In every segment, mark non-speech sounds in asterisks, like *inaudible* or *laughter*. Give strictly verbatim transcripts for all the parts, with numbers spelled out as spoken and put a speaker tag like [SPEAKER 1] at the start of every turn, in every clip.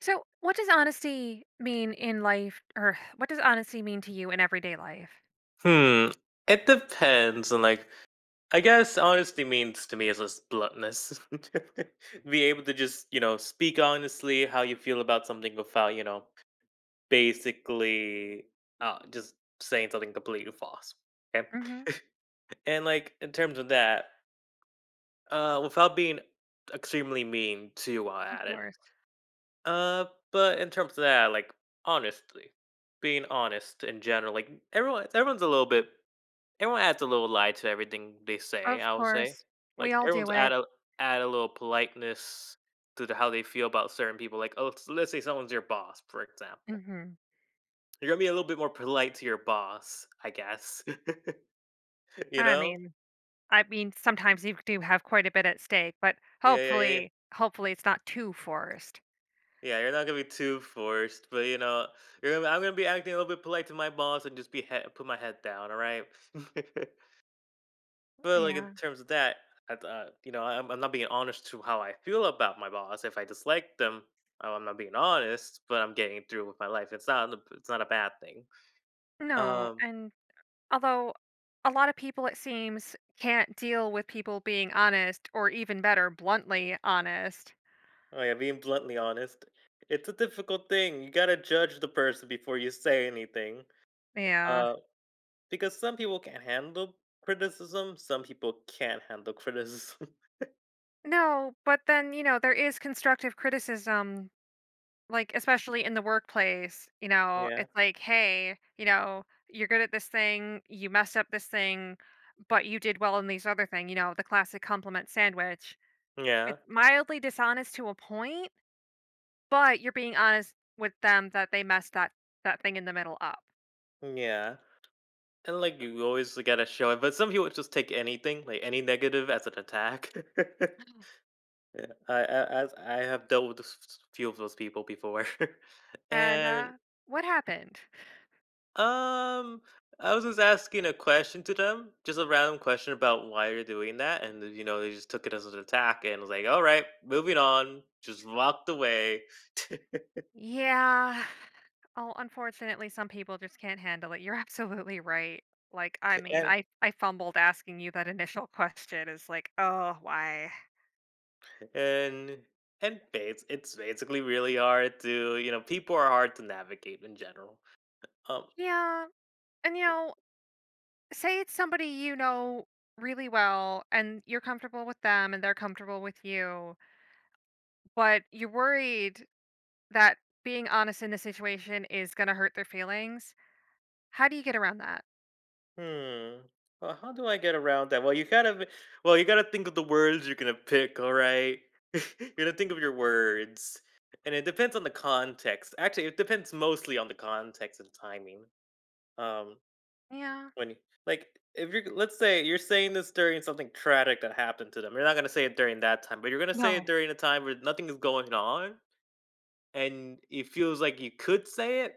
[SPEAKER 1] So, what does honesty mean in life, or *sighs* what does honesty mean to you in everyday life?
[SPEAKER 2] Hmm. It depends, and like I guess honesty means to me is just bluntness. *laughs* Be able to just you know speak honestly how you feel about something without you know basically uh, Just saying something completely false. Okay.
[SPEAKER 1] Hmm.
[SPEAKER 2] *laughs* And like in terms of that, uh, without being extremely mean too while
[SPEAKER 1] Of
[SPEAKER 2] at it.
[SPEAKER 1] course.
[SPEAKER 2] Uh, but in terms of that, like honestly, being honest in general, like everyone everyone's a little bit. Everyone adds a little lie to everything they say,
[SPEAKER 1] Of
[SPEAKER 2] I would say.
[SPEAKER 1] course, we
[SPEAKER 2] Like
[SPEAKER 1] all
[SPEAKER 2] everyone's
[SPEAKER 1] do
[SPEAKER 2] add
[SPEAKER 1] it.
[SPEAKER 2] a add a little politeness to the, how they feel about certain people. Like, oh, s- let's say someone's your boss, for example.
[SPEAKER 1] Hmm.
[SPEAKER 2] You're gonna be a little bit more polite to your boss, I guess. *laughs* you
[SPEAKER 1] I
[SPEAKER 2] know?
[SPEAKER 1] mean, I mean, sometimes you do have quite a bit at stake, but
[SPEAKER 2] Yeah, yeah, yeah, yeah.
[SPEAKER 1] hopefully, hopefully, it's not too forced.
[SPEAKER 2] Yeah, you're not gonna be too forced, but you know, you're gonna, I'm gonna be acting a little bit polite to my boss and just be he- put my head down. All right. *laughs* But, like, in
[SPEAKER 1] Yeah,
[SPEAKER 2] terms of that, I thought you know, I'm I'm not being honest to how I feel about my boss. If I dislike them, oh, I'm not being honest, but I'm getting through with my life. It's not a it's not a bad thing.
[SPEAKER 1] no,
[SPEAKER 2] Um,
[SPEAKER 1] and although a lot of people, it seems, can't deal with people being honest, or even better, bluntly honest.
[SPEAKER 2] like, I being bluntly honest. It's a difficult thing. You gotta judge the person before you say anything.
[SPEAKER 1] Yeah.
[SPEAKER 2] Uh, because some people can not handle criticism, some people can't handle criticism. *laughs*
[SPEAKER 1] No, but then, you know, there is constructive criticism. Like, especially in the workplace, you know,
[SPEAKER 2] Yeah.
[SPEAKER 1] it's like, "Hey, you know, you're good at this thing, you messed up this thing, but you did well in these other thing," you know, the classic compliment sandwich.
[SPEAKER 2] Yeah.
[SPEAKER 1] It's mildly dishonest to a point, but you're being honest with them that they messed that that thing in the middle up.
[SPEAKER 2] Yeah. And, like, you always gotta show it, but some people just take anything, like, any negative as an attack. *laughs* Yeah, I I as I have dealt with a s few of those people before. *laughs*
[SPEAKER 1] And,
[SPEAKER 2] And,
[SPEAKER 1] uh, "What happened?"
[SPEAKER 2] um, I was just asking a question to them, just a random question about why you're doing that, and, you know, they just took it as an attack and was like, "Alright, moving on," just walked away. *laughs*
[SPEAKER 1] "Yeah. Oh, unfortunately, some people just can't handle it." You're *laughs* absolutely right. Like, I mean,
[SPEAKER 2] And
[SPEAKER 1] I I fumbled asking you that initial question. Is like, "Oh, why?"
[SPEAKER 2] and and it's it's basically really hard to you know, people are hard to navigate in general. Um
[SPEAKER 1] Yeah. And you know, say it's somebody you know really well and you're comfortable with them and they're comfortable with you, but you're worried that being honest in the situation is going to hurt their feelings. How do you get around that?
[SPEAKER 2] Hmm. Well, how do I get around that? Well, you gotta, well, you gotta think of the words you're gonna pick. All right. *laughs* You're gonna think of your words, and it depends on the context. Actually, it depends mostly on the context and timing. Um,
[SPEAKER 1] Yeah.
[SPEAKER 2] when you- like if you're, let's say you're saying this during something tragic that happened to them, you're not gonna say it during that time, but you're gonna say it
[SPEAKER 1] No.
[SPEAKER 2] during a time where nothing is going on, and it feels like you could say it,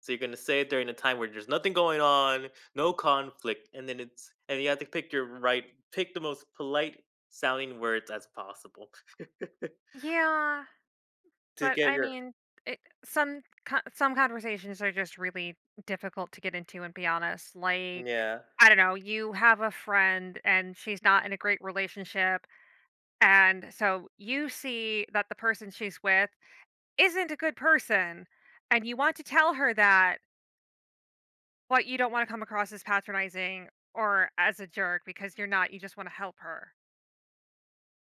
[SPEAKER 2] so you're gonna say it during a time where there's nothing going on, no conflict, and then it's and you have to pick your right pick the most polite sounding words as possible *laughs*
[SPEAKER 1] Yeah,
[SPEAKER 2] to
[SPEAKER 1] but
[SPEAKER 2] get
[SPEAKER 1] I
[SPEAKER 2] your
[SPEAKER 1] mean, it, some co- some conversations are just really difficult to get into and be honest. Like,
[SPEAKER 2] yeah.
[SPEAKER 1] I don't know, you have a friend and she's not in a great relationship. And so you see that the person she's with isn't a good person, and you want to tell her that, but you don't want to come across as patronizing or as a jerk because you're not. You just want to help her.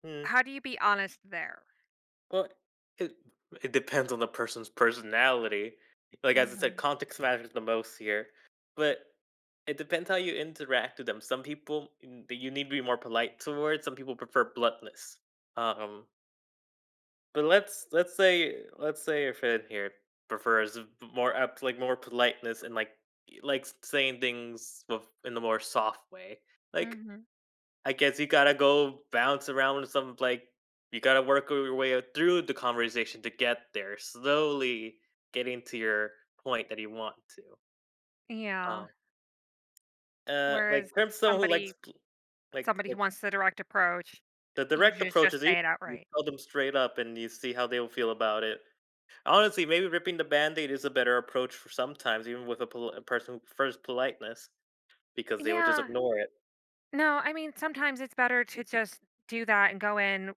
[SPEAKER 2] Hmm.
[SPEAKER 1] How do you be honest there?
[SPEAKER 2] Well, it it depends on the person's personality. Like as I said,
[SPEAKER 1] Mhm.
[SPEAKER 2] context matters the most here, but it depends how you interact with them. Some people mm, that you need to be more polite towards. Some people prefer bluntness. Um, But let's let's say let's say your friend here prefers v- more up like more politeness and like y- like saying things with in the more soft way. Like
[SPEAKER 1] Mhm.
[SPEAKER 2] I guess you gotta go bounce around with some like you gotta work your way up through the conversation to get there, slowly getting to your point that you want to.
[SPEAKER 1] Yeah.
[SPEAKER 2] Um, uh, like in
[SPEAKER 1] Whereas
[SPEAKER 2] terms of someone who likes
[SPEAKER 1] somebody
[SPEAKER 2] pl- like
[SPEAKER 1] somebody who
[SPEAKER 2] like
[SPEAKER 1] wants the direct approach,
[SPEAKER 2] the
[SPEAKER 1] you
[SPEAKER 2] direct
[SPEAKER 1] just
[SPEAKER 2] approach
[SPEAKER 1] just
[SPEAKER 2] is easy.
[SPEAKER 1] say it
[SPEAKER 2] You
[SPEAKER 1] outright.
[SPEAKER 2] tell them straight up, and you see how they will feel about it. Honestly, maybe ripping the Band-Aid is a better approach for sometimes, even with a, pol- a person who prefers politeness, because they would just
[SPEAKER 1] Yeah.
[SPEAKER 2] ignore it.
[SPEAKER 1] No, I mean, sometimes it's better to just do that and go in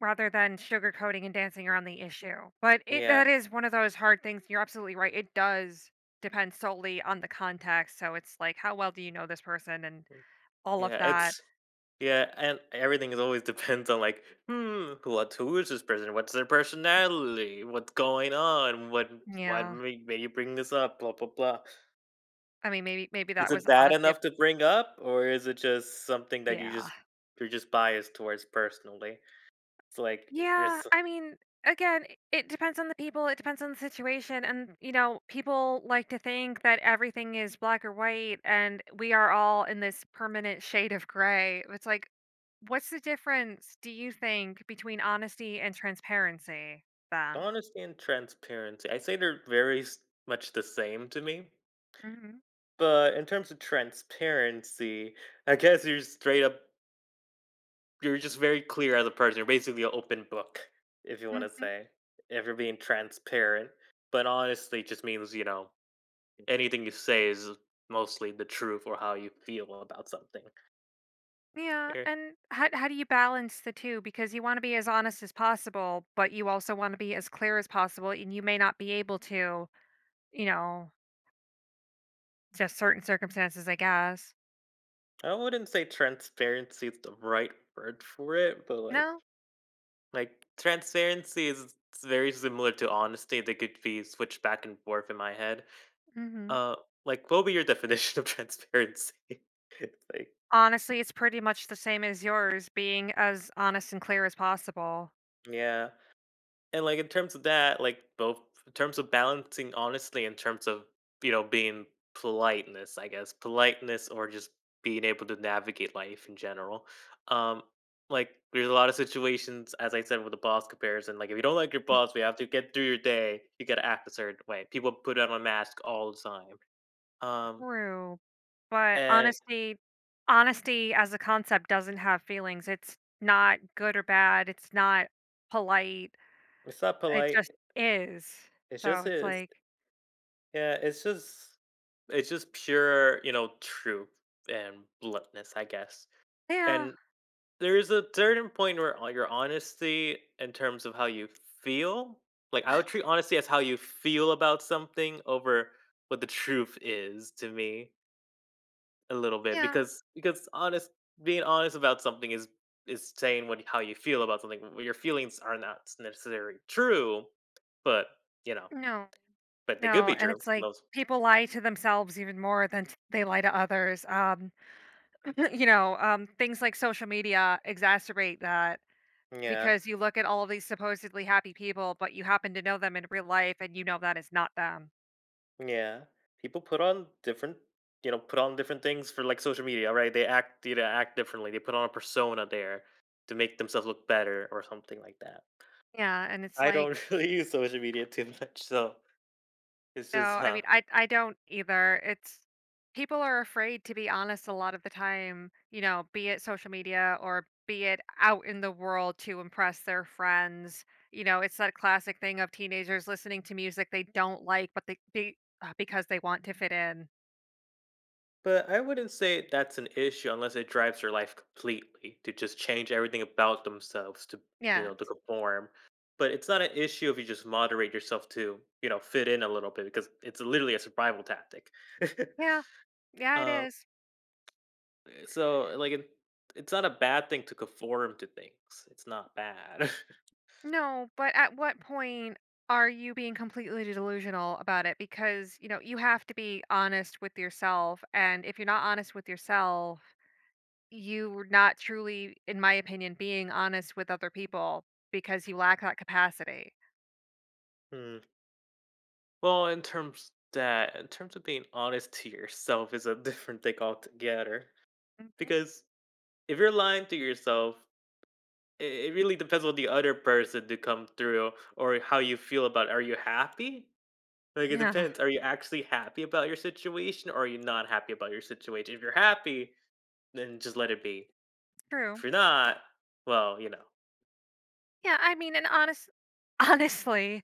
[SPEAKER 1] rather than sugarcoating and dancing around the issue. But it
[SPEAKER 2] Yeah,
[SPEAKER 1] that is one of those hard things. You're absolutely right. It does depend solely on the context. So it's like, how well do you know this person and all of
[SPEAKER 2] yeah,
[SPEAKER 1] that?
[SPEAKER 2] it's yeah, and everything is always *laughs* depends on like, hmm, what who is this person? What's their personality? What's going on? What Why
[SPEAKER 1] Yeah.
[SPEAKER 2] may, may you bring this up? Blah blah blah.
[SPEAKER 1] I mean, maybe maybe
[SPEAKER 2] Is
[SPEAKER 1] that
[SPEAKER 2] it
[SPEAKER 1] was
[SPEAKER 2] bad
[SPEAKER 1] honestly, a-
[SPEAKER 2] enough to bring up, or is it just something that you
[SPEAKER 1] yeah.
[SPEAKER 2] just you're just biased towards personally? It's like
[SPEAKER 1] Yeah,
[SPEAKER 2] there's
[SPEAKER 1] I mean, again, i- it depends on the people, it depends on the situation. And, you know, people like to think that everything is black or white and we are all in this permanent shade of gray. It's like, what's the difference, do you think, between honesty and transparency then?
[SPEAKER 2] Honesty and transparency. I say they're very s- much the same to me.
[SPEAKER 1] Hmm.
[SPEAKER 2] But in terms of transparency, I guess you're straight up, you're just very clear as a person. You're basically an open book, if you want to
[SPEAKER 1] Hmm.
[SPEAKER 2] say, if you're being transparent. But honestly, just means, you know, anything you say is mostly the truth or how you feel about something.
[SPEAKER 1] Yeah,
[SPEAKER 2] Eh,
[SPEAKER 1] and how how do you balance the two? Because you want to be as honest as possible, but you also want to be as clear as possible, and you may not be able to, you know, just certain circumstances, I guess.
[SPEAKER 2] I wouldn't say transparency is the right word for it, but like,
[SPEAKER 1] No.
[SPEAKER 2] Like, transparency is very similar to honesty. They could be switched back and forth in my head.
[SPEAKER 1] Mhm.
[SPEAKER 2] Uh, like, what would be your *laughs* definition of transparency? *laughs* It's like
[SPEAKER 1] Honestly, it's pretty much the same as yours, being as honest and clear as possible.
[SPEAKER 2] yeah. And, like, in terms of that, like, both in terms of balancing honestly in terms of, you know, being politeness, I guess, politeness or just being able to navigate life in general. Um, like, there's a lot of situations, as I said, with the boss comparison, like, if you don't like your boss, we have to get through your day, you gotta act a certain way. People put on a mask all the time. Um,
[SPEAKER 1] True. But
[SPEAKER 2] and
[SPEAKER 1] honesty honesty as a concept doesn't have feelings. It's not good or bad. It's not polite.
[SPEAKER 2] it's not
[SPEAKER 1] It
[SPEAKER 2] polite.
[SPEAKER 1] just is.
[SPEAKER 2] It's
[SPEAKER 1] So
[SPEAKER 2] just
[SPEAKER 1] it's
[SPEAKER 2] it's
[SPEAKER 1] like,
[SPEAKER 2] yeah, it's just it's just pure, you know, truth and bluntness, I guess.
[SPEAKER 1] yeah,
[SPEAKER 2] And there's a certain point where all your honesty in terms of how you feel, like, I would treat honesty as how you feel about something over what the truth is to me a little bit
[SPEAKER 1] yeah,
[SPEAKER 2] because because honest being honest about something is is saying what how you feel about something. W Your feelings are not necessarily true, but, you know,
[SPEAKER 1] no,
[SPEAKER 2] but they could
[SPEAKER 1] no.
[SPEAKER 2] be
[SPEAKER 1] And
[SPEAKER 2] true.
[SPEAKER 1] it's like
[SPEAKER 2] Most
[SPEAKER 1] people lie to themselves even more than t- they lie to others. Um, *laughs* you know, um, things like social media exacerbate that.
[SPEAKER 2] Yeah.
[SPEAKER 1] Because you look at all of these supposedly happy people, but you happen to know them in real life and you know that is not them.
[SPEAKER 2] Yeah. People put on different you know, put on different things for like social media, right? They act you know, act differently. They put on a persona there to make themselves look better or something like that.
[SPEAKER 1] Yeah, and it's
[SPEAKER 2] I
[SPEAKER 1] like,
[SPEAKER 2] don't *laughs* really use social media too much, so it's
[SPEAKER 1] no,
[SPEAKER 2] just
[SPEAKER 1] I
[SPEAKER 2] huh.
[SPEAKER 1] mean, I I don't either. It's people are afraid to be honest a lot of the time, you know, be it social media or be it out in the world to impress their friends. You know, it's that classic thing of teenagers listening to music they don't like, but they be uh, because they want to fit in.
[SPEAKER 2] But I wouldn't say that's an issue unless it drives their life completely to just change everything about themselves to you
[SPEAKER 1] Yeah.
[SPEAKER 2] know to conform. But it's not an issue if you just moderate yourself to, you know, fit in a little bit because it's literally a survival tactic. *laughs*
[SPEAKER 1] Yeah. Yeah, it
[SPEAKER 2] um
[SPEAKER 1] is.
[SPEAKER 2] So, like, it it's not a bad thing to conform to things. It's not bad. *laughs*
[SPEAKER 1] No, but at what point are you being completely delusional about it? Because, you know, you have to be honest with yourself. And if you're not honest with yourself, you're not truly, in my opinion, being honest with other people because you lack that capacity.
[SPEAKER 2] Mm. Well, in terms that in terms of being honest to yourself is a *laughs* different thing altogether.
[SPEAKER 1] Hmm.
[SPEAKER 2] Because if you're lying to yourself, it, it really depends on the other person to come through or how you feel about it. Are you happy? Like it
[SPEAKER 1] Yeah,
[SPEAKER 2] depends. Are you actually happy about your situation or are you not happy about your situation? If you're happy, then just let it be.
[SPEAKER 1] true.
[SPEAKER 2] If you're not, well, you know.
[SPEAKER 1] Yeah, I mean, and honest, *laughs* honestly,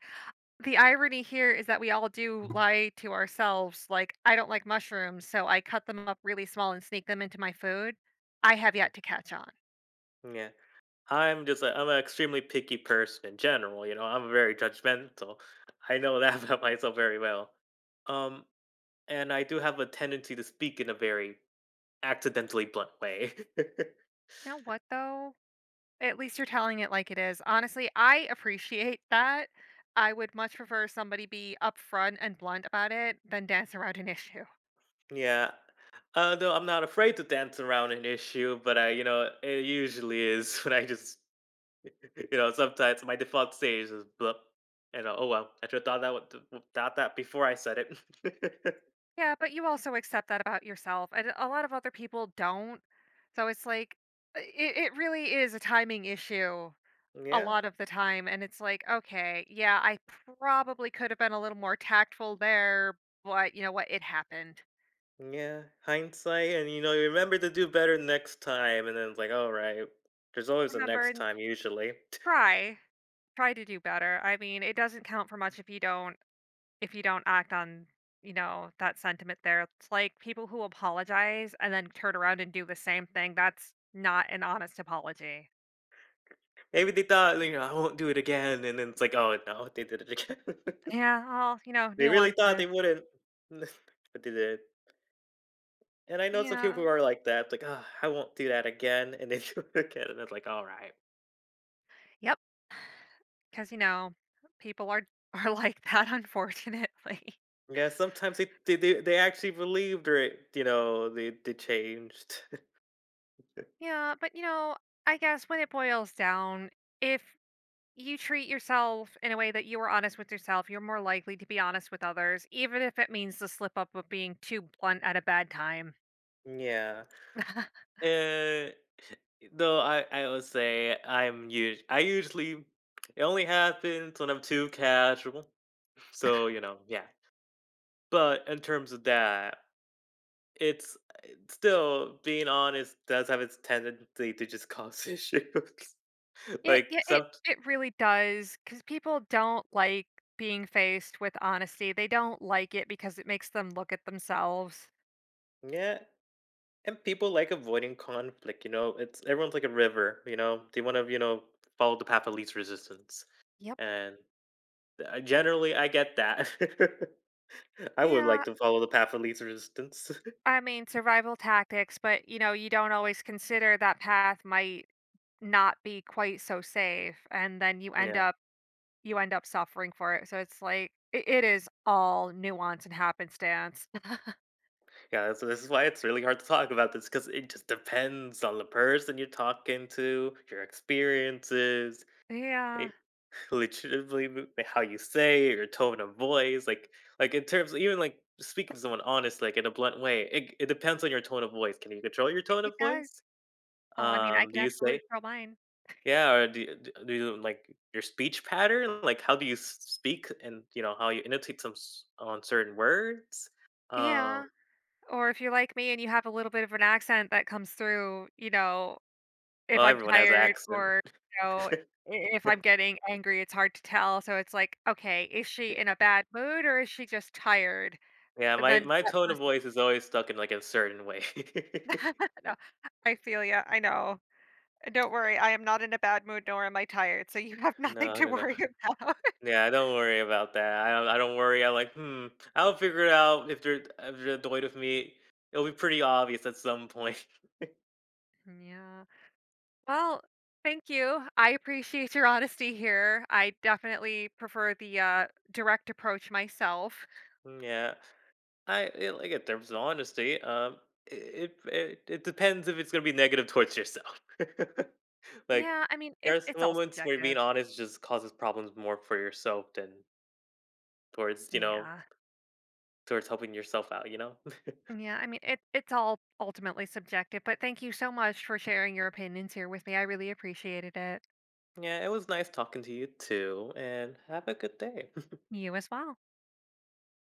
[SPEAKER 1] the irony here is that we all do lie to ourselves. Like, I don't like mushrooms, so I cut them up really small and sneak them into my food. I have yet to catch on.
[SPEAKER 2] Yeah. I'm just a I'm an extremely picky person in general, you know, I'm very judgmental. I know that *laughs* about myself very well. Um, and I do have a tendency to speak in a very accidentally blunt way. *laughs*
[SPEAKER 1] You know what though? At least you're telling it like it is. Honestly, I appreciate *laughs* that. I would much prefer somebody be upfront and blunt about it than dance around an *laughs* issue.
[SPEAKER 2] Yeah. Uh, though I'm not afraid to dance around an issue, but I, you know, it usually is *laughs* when I just, you know, sometimes my default stage is blup. You know, oh well, I should have thought that would, thought that before I said it.
[SPEAKER 1] Yeah, but you also accept that about yourself, and a lot of other people don't. So it's like, i- it, it really is a timing issue a
[SPEAKER 2] *laughs* Yeah.
[SPEAKER 1] lot of the time. And it's like, okay, yeah, I probably could have been a little more tactful there, but you know what? It happened.
[SPEAKER 2] Yeah, hindsight, and you know, you remember to do better next time, and then it's like, all right, there's always a
[SPEAKER 1] Remember
[SPEAKER 2] next
[SPEAKER 1] and
[SPEAKER 2] time usually. *laughs*
[SPEAKER 1] try. Try to do better. I mean, it doesn't count for much if you don't if you don't act on, you know, that sentiment there. It's like people who apologize and then turn around and do the same thing. That's not an honest apology.
[SPEAKER 2] Maybe they thought, you know, I won't do it again, and then it's like, oh no, they did it again.
[SPEAKER 1] Yeah, all, you know,
[SPEAKER 2] *laughs* They really thought they
[SPEAKER 1] nuances.
[SPEAKER 2] wouldn't, *laughs* but they did. And I know some people
[SPEAKER 1] Yeah.
[SPEAKER 2] who are like that, like, oh, I won't do that again, and they *laughs* do it again, and it's like, all right.
[SPEAKER 1] Yep, cuz you know, people are *laughs* are like that *laughs* unfortunately.
[SPEAKER 2] Yeah, sometimes they they they they actually believed or it, you know they they changed.
[SPEAKER 1] Yeah, but you know, I guess when it boils down, if you treat yourself in a way that you are honest with yourself. You're more likely to be honest with others, even if it means the slip up of being too blunt at a bad time.
[SPEAKER 2] *laughs* Yeah.
[SPEAKER 1] *laughs*
[SPEAKER 2] Uh, No, I I would say I'm us I usually it only happens when I'm too casual, so, you know, yeah. But in terms of that, it's it's still being honest does have its tendency to just cause *laughs* issues. *laughs*
[SPEAKER 1] It
[SPEAKER 2] Like,
[SPEAKER 1] yeah,
[SPEAKER 2] some
[SPEAKER 1] it it really does because people don't like being faced with honesty. They don't like it because it makes them look at themselves.
[SPEAKER 2] yeah, and people like avoiding conflict, you know? It's everyone's like a river, you know? They wanna, you know, follow the path of least resistance,
[SPEAKER 1] Yep.
[SPEAKER 2] and, uh, generally, I get that. *laughs* I would like
[SPEAKER 1] Yeah,
[SPEAKER 2] to follow the path of least resistance.
[SPEAKER 1] I mean survival tactics, but you know, you don't always consider that path might not be quite so safe, and then you end
[SPEAKER 2] Yeah,
[SPEAKER 1] up you end up suffering for it. So it's like it, it is all nuance and happenstance. *laughs*
[SPEAKER 2] yeah. So this is why it's really hard to talk about this because it just depends on the person you're talking to, your experiences, eh,
[SPEAKER 1] Yeah.
[SPEAKER 2] *laughs* legitimately m- how you say it, your tone of voice. Like, like in terms even like speaking to someone honest, like in a blunt way. It, it depends on your tone of voice. Can you control your tone of
[SPEAKER 1] It does.
[SPEAKER 2] voice?
[SPEAKER 1] Oh, I mean, I
[SPEAKER 2] Um,
[SPEAKER 1] can
[SPEAKER 2] do you say
[SPEAKER 1] absolutely curl mine.
[SPEAKER 2] yeah, or do you, d- do you like your speech pattern? Like, how do you s- speak, and you know how you annotate some s- on certain words? Um,
[SPEAKER 1] Yeah. Or if you're like me and you have a little bit of an accent that comes through, you know, if
[SPEAKER 2] well,
[SPEAKER 1] I'm
[SPEAKER 2] everyone has an
[SPEAKER 1] tired
[SPEAKER 2] accent.
[SPEAKER 1] or, you know, i-
[SPEAKER 2] *laughs*
[SPEAKER 1] if I'm getting angry, it's hard to tell. So it's like, okay, is she
[SPEAKER 2] Yeah.
[SPEAKER 1] in a bad mood or is she just tired?
[SPEAKER 2] Yeah, my
[SPEAKER 1] Then
[SPEAKER 2] my
[SPEAKER 1] that
[SPEAKER 2] tone of
[SPEAKER 1] person,
[SPEAKER 2] voice is always stuck in, like, a certain way. *laughs*
[SPEAKER 1] *laughs* no, I feel you. I know. Don't worry, I am not in a bad mood nor am I tired, so you have *laughs* nothing
[SPEAKER 2] No,
[SPEAKER 1] to
[SPEAKER 2] no, no.
[SPEAKER 1] worry about. *laughs*
[SPEAKER 2] Yeah, don't worry about that. I don't I don't worry. I'm like, "Hmm, I'll figure it out if they're if they're annoyed with me. It'll be pretty obvious at some point."
[SPEAKER 1] Yeah. Well, thank you. I appreciate your honesty here. I definitely prefer the uh, direct approach myself.
[SPEAKER 2] *laughs* Yeah. I I like, in terms of honesty, um, it it it depends if it's gonna be negative towards yourself. *laughs* Like,
[SPEAKER 1] Yeah, I mean it,
[SPEAKER 2] there's
[SPEAKER 1] it's all
[SPEAKER 2] moments where being
[SPEAKER 1] subjective.
[SPEAKER 2] honest just causes problems more for yourself than towards, you know,
[SPEAKER 1] Yeah.
[SPEAKER 2] towards helping yourself out, you know?
[SPEAKER 1] Yeah, I mean it it's all ultimately subjective, but thank you so much for sharing your opinions here with me. I really appreciated it.
[SPEAKER 2] Yeah, it was nice talking to you too, and have a good day. *laughs*
[SPEAKER 1] You as well.